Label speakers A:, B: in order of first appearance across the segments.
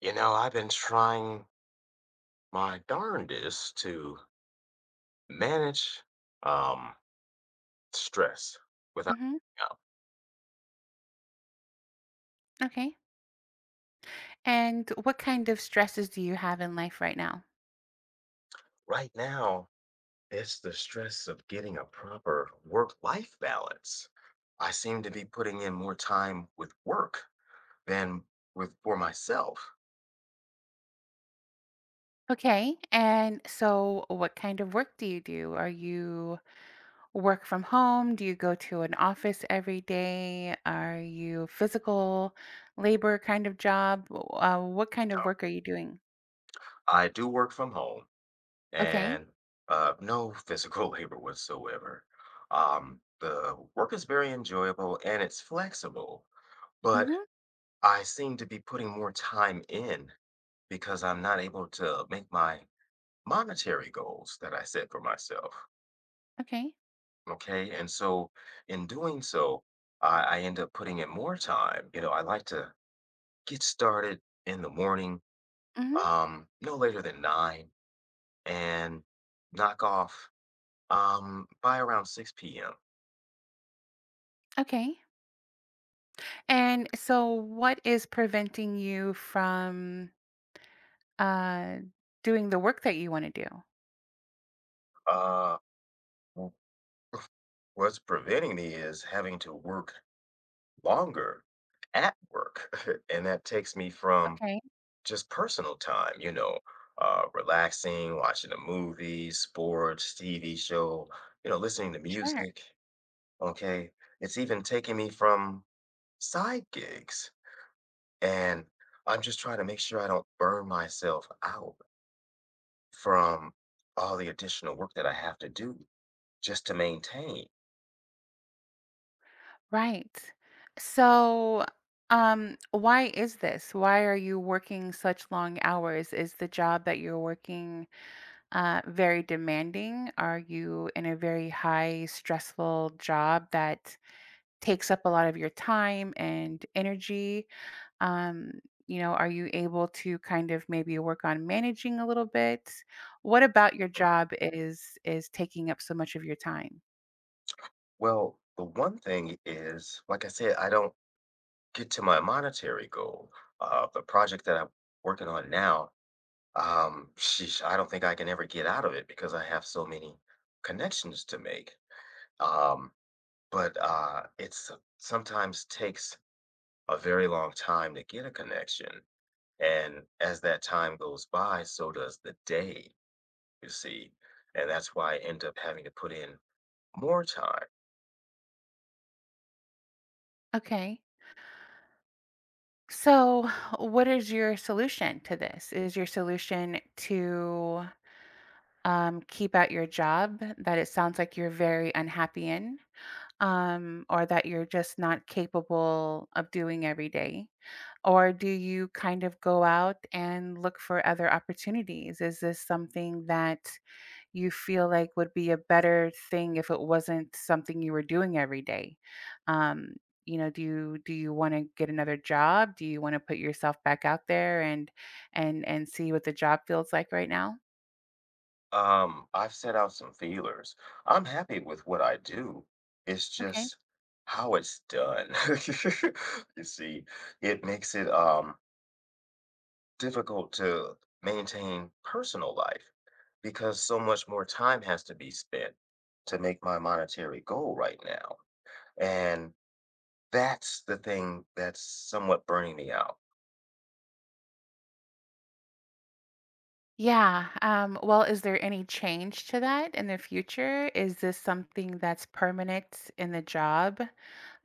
A: You know, I've been trying my darndest to manage um stress without
B: Hmm.
A: giving up.
B: Okay. And what kind of stresses do you have in life right now?
A: Right now, it's the stress of getting a proper work-life balance. I seem to be putting in more time with work than with for myself.
B: Okay. And so, what kind of work do you do? Are you work from home? Do you go to an office every day? Are you physical labor kind of job? What kind of work are you doing?
A: I do work from home
B: Okay.
A: and no physical labor whatsoever. The work is very enjoyable and it's flexible, but
B: Mm-hmm.
A: I seem to be putting more time in because I'm not able to make my monetary goals that I set for myself.
B: Okay.
A: Okay. And so in doing so, I end up putting in more time. You know, I like to get started in the morning,
B: Mm-hmm.
A: no later than 9 and knock off by around 6 p.m.
B: Okay. And so, what is preventing you from uh, doing the work that you want to do?
A: Uh w- what's preventing me is having to work longer at work. And that takes me from
B: Okay.
A: just personal time, relaxing, watching a movie, sports, TV show, listening to
B: Sure.
A: music. Okay. It's even taking me from side gigs. And I'm just trying to make sure I don't burn myself out from all the additional work that I have to do just to maintain.
B: Right. So, why is this? Why are you working such long hours? Is the job that you're working very demanding? Are you in a very high stressful job that takes up a lot of your time and energy? Um, are you able to kind of maybe work on managing a little bit? What about your
A: Mm.
B: job is taking up so much of your time?
A: Well, the one thing is, like I said, I don't get to my monetary goal. The project that I'm working on now. Sheesh, I don't think I can ever get out of it because I have so many connections to make. Um, but it's sometimes takes a very long time to get a connection. And as that time goes by, so does the day, you see. And that's why I end up having to put in more time.
B: Okay. So, what is your solution to this? Is your solution to keep out your job that it sounds like you're very unhappy in, or that you're just not capable of doing every day? Or do you kind of go out and look for other opportunities? Is this something that you feel like would be a better thing if it wasn't something you were doing every day? Um, do you want to get another job? Do you want to put yourself back out there and see what the job feels like right now?
A: I've set out some feelers. I'm happy with what I do. It's
B: Okay.
A: just how it's done. You see, it makes it difficult to maintain personal life because so much more time has to be spent to make my monetary goal right now. And that's the thing that's somewhat burning me out.
B: Yeah. Well, is there any change to that in the future? Is this something that's permanent in the job?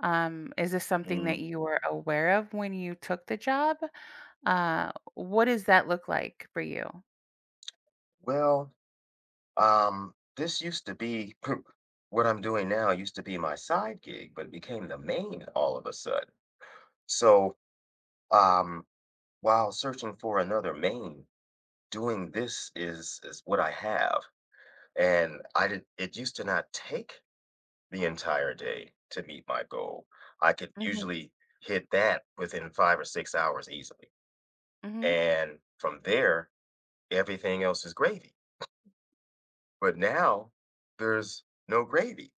B: Is this something that
A: Mm,
B: you were aware of when you took the job? What does that look like for you?
A: Well, this used to be what I'm doing now used to be my side gig, but it became the main all of a sudden. So, um, while searching for another main, doing this is what I have. And I did it used to not take the entire day to meet my goal. I could
B: Hmm.
A: usually hit that within 5 or 6 hours easily,
B: Hmm.
A: and from there, everything else is gravy, but now there's no gravy.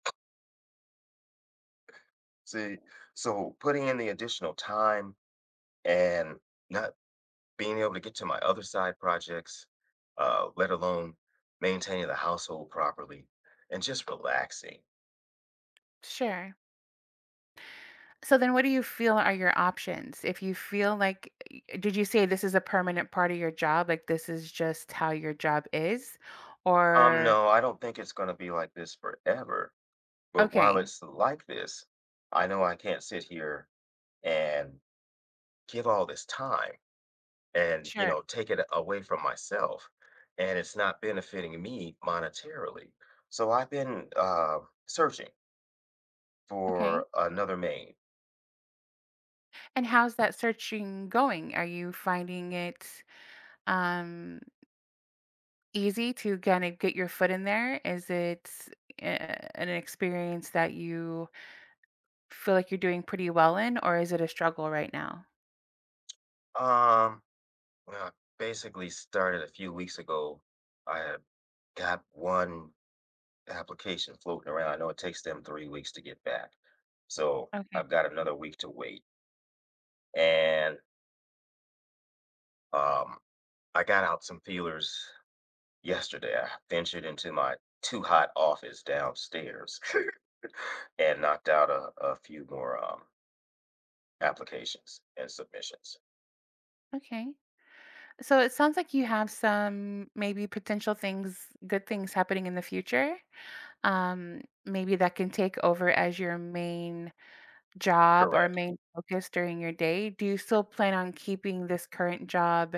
A: See, so putting in the additional time and not being able to get to my other side projects, let alone maintaining the household properly and just relaxing.
B: Sure. So then what do you feel are your options? If you feel like did you say this is a permanent part of your job, like this is just how your job is? Or
A: No, I don't think it's gonna be like this forever. But while
B: okay,
A: it's like this, I know I can't sit here and give all this time and, you
B: sure.
A: know, take it away from myself. And it's not benefiting me monetarily. So I've been searching
B: Okay.
A: for another main.
B: And how's that searching going? Are you finding it um easy to kind of get your foot in there? Is it uh, an experience that you feel like you're doing pretty well in or is it a struggle right now?
A: Um, well, I basically started a few weeks ago. I had got one application floating around. I know it takes them 3 weeks to get back. So
B: Okay.
A: I've got another week to wait. And um, I got out some feelers yesterday. I ventured into my too hot office downstairs and knocked out a few more applications and submissions.
B: Okay. So it sounds like you have some maybe potential things, good things happening in the future. Maybe that can take over as your main job or
A: Correct.
B: main focus during your day. Do you still plan on keeping this current job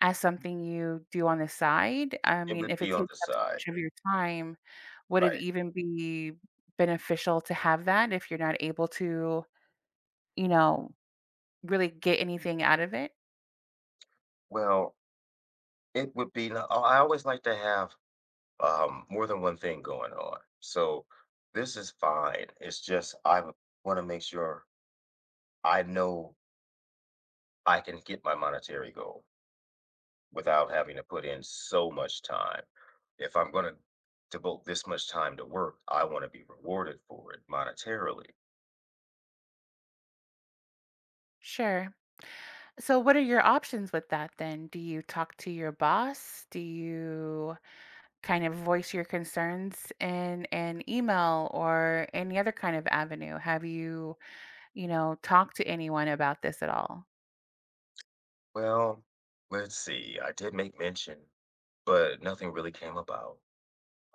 B: as something you do on the side? I
A: It
B: mean,
A: would
B: if
A: be
B: it takes
A: on the
B: up
A: side,
B: so much of your time, would it
A: right?
B: even be beneficial to have that if you're not able to, you know, really get anything out of it?
A: Well, it would be. No- Oh, I always like to have more than one thing going on. So this is fine. It's just I want to make sure I know I can get my monetary goal without having to put in so much time. If I'm going to devote this much time to work, I want to be rewarded for it monetarily.
B: Sure. So, what are your options with that then? Do you talk to your boss? Do you kind of voice your concerns in an email or any other kind of avenue? Have you, talked to anyone about this at all?
A: Well, let's see. I did make mention, but nothing really came about.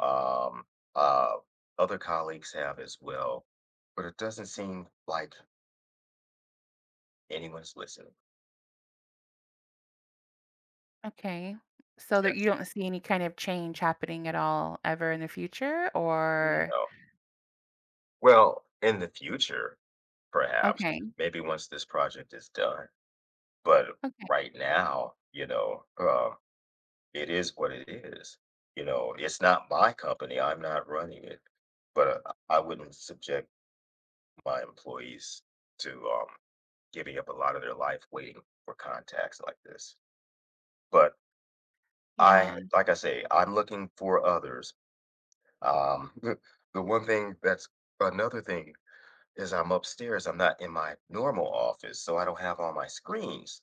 A: Um, uh, other colleagues have as well, but it doesn't seem like anyone's listening.
B: Okay. So that you
A: Yes.
B: don't see any kind of change happening at all ever in the future
A: Mm.
B: or
A: No. Well, in the future, perhaps,
B: okay.
A: maybe once this project is done. But
B: Okay.
A: right now, it is what it is. You know, it's not my company, I'm not running it, but, I wouldn't subject my employees to, giving up a lot of their life waiting for contacts like this. But I
B: Yeah.
A: like I say, I'm looking for others. Um, the one thing that's another thing is I'm upstairs, I'm not in my normal office, so I don't have all my screens,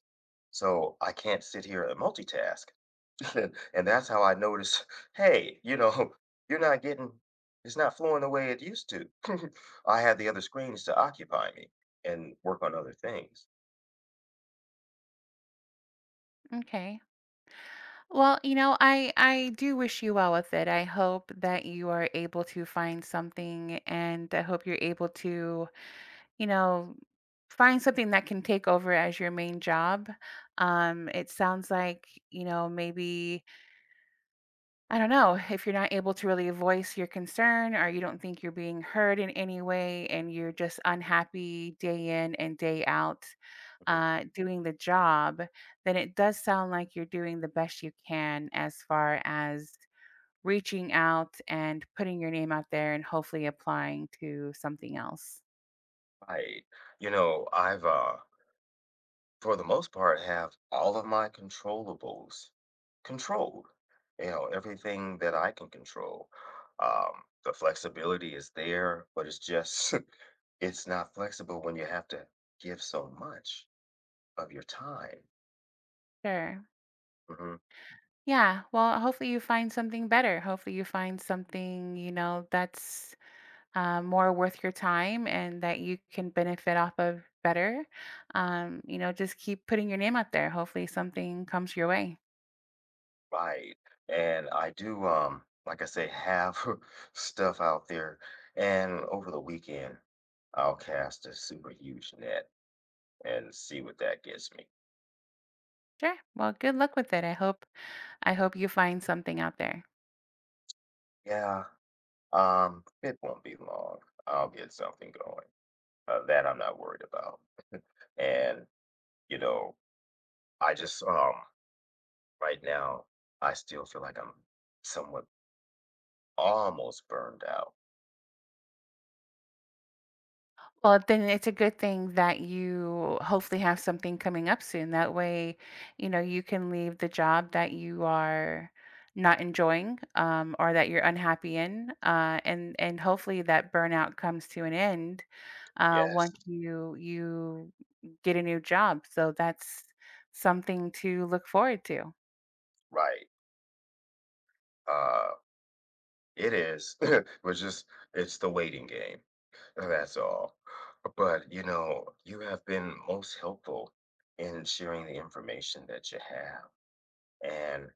A: so I can't sit here and multitask. And that's how I notice, hey, you know, you're not getting, it's not flowing the way it used to. I had the other screens to occupy me and work on other things.
B: Okay. Well, I do wish you well with it. I hope that you are able to find something and I hope you're able to, you know, find something that can take over as your main job. It sounds like, maybe I don't know, if you're not able to really voice your concern or you don't think you're being heard in any way and you're just unhappy day in and day out
A: Mhm.
B: doing the job, then it does sound like you're doing the best you can as far as reaching out and putting your name out there and hopefully applying to something else.
A: I, you know, for the most part, have all of my controllables controlled. You know, everything that I can control. The flexibility is there, but it's just, it's not flexible when you have to give so much of your time.
B: Sure.
A: Mhm.
B: Yeah. Well, hopefully you find something better. Hopefully you find something, that's more worth your time and that you can benefit off of better. Just keep putting your name out there. Hopefully something comes your way.
A: Right. And I do, like I say, have stuff out there. And over the weekend, I'll cast a super huge net and see what that gets me.
B: Sure. Well, good luck with it. I hope you find something out there.
A: Yeah. It won't be long. I'll get something going. That I'm not worried about. And, you know, I just, right now, I still feel like I'm somewhat almost burned out.
B: Well, then it's a good thing that you hopefully have something coming up soon. That way, you can leave the job that you are not enjoying or that you're unhappy in, and hopefully that burnout comes to an end
A: Yes.
B: once you get a new job. So that's something to look forward to.
A: Right. Uh, it is. But just it's the waiting game. That's all. But, you know, you have been most helpful in sharing the information that you have. And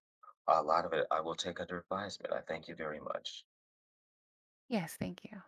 A: a lot of it I will take under advisement. I thank you very much.
B: Yes, thank you.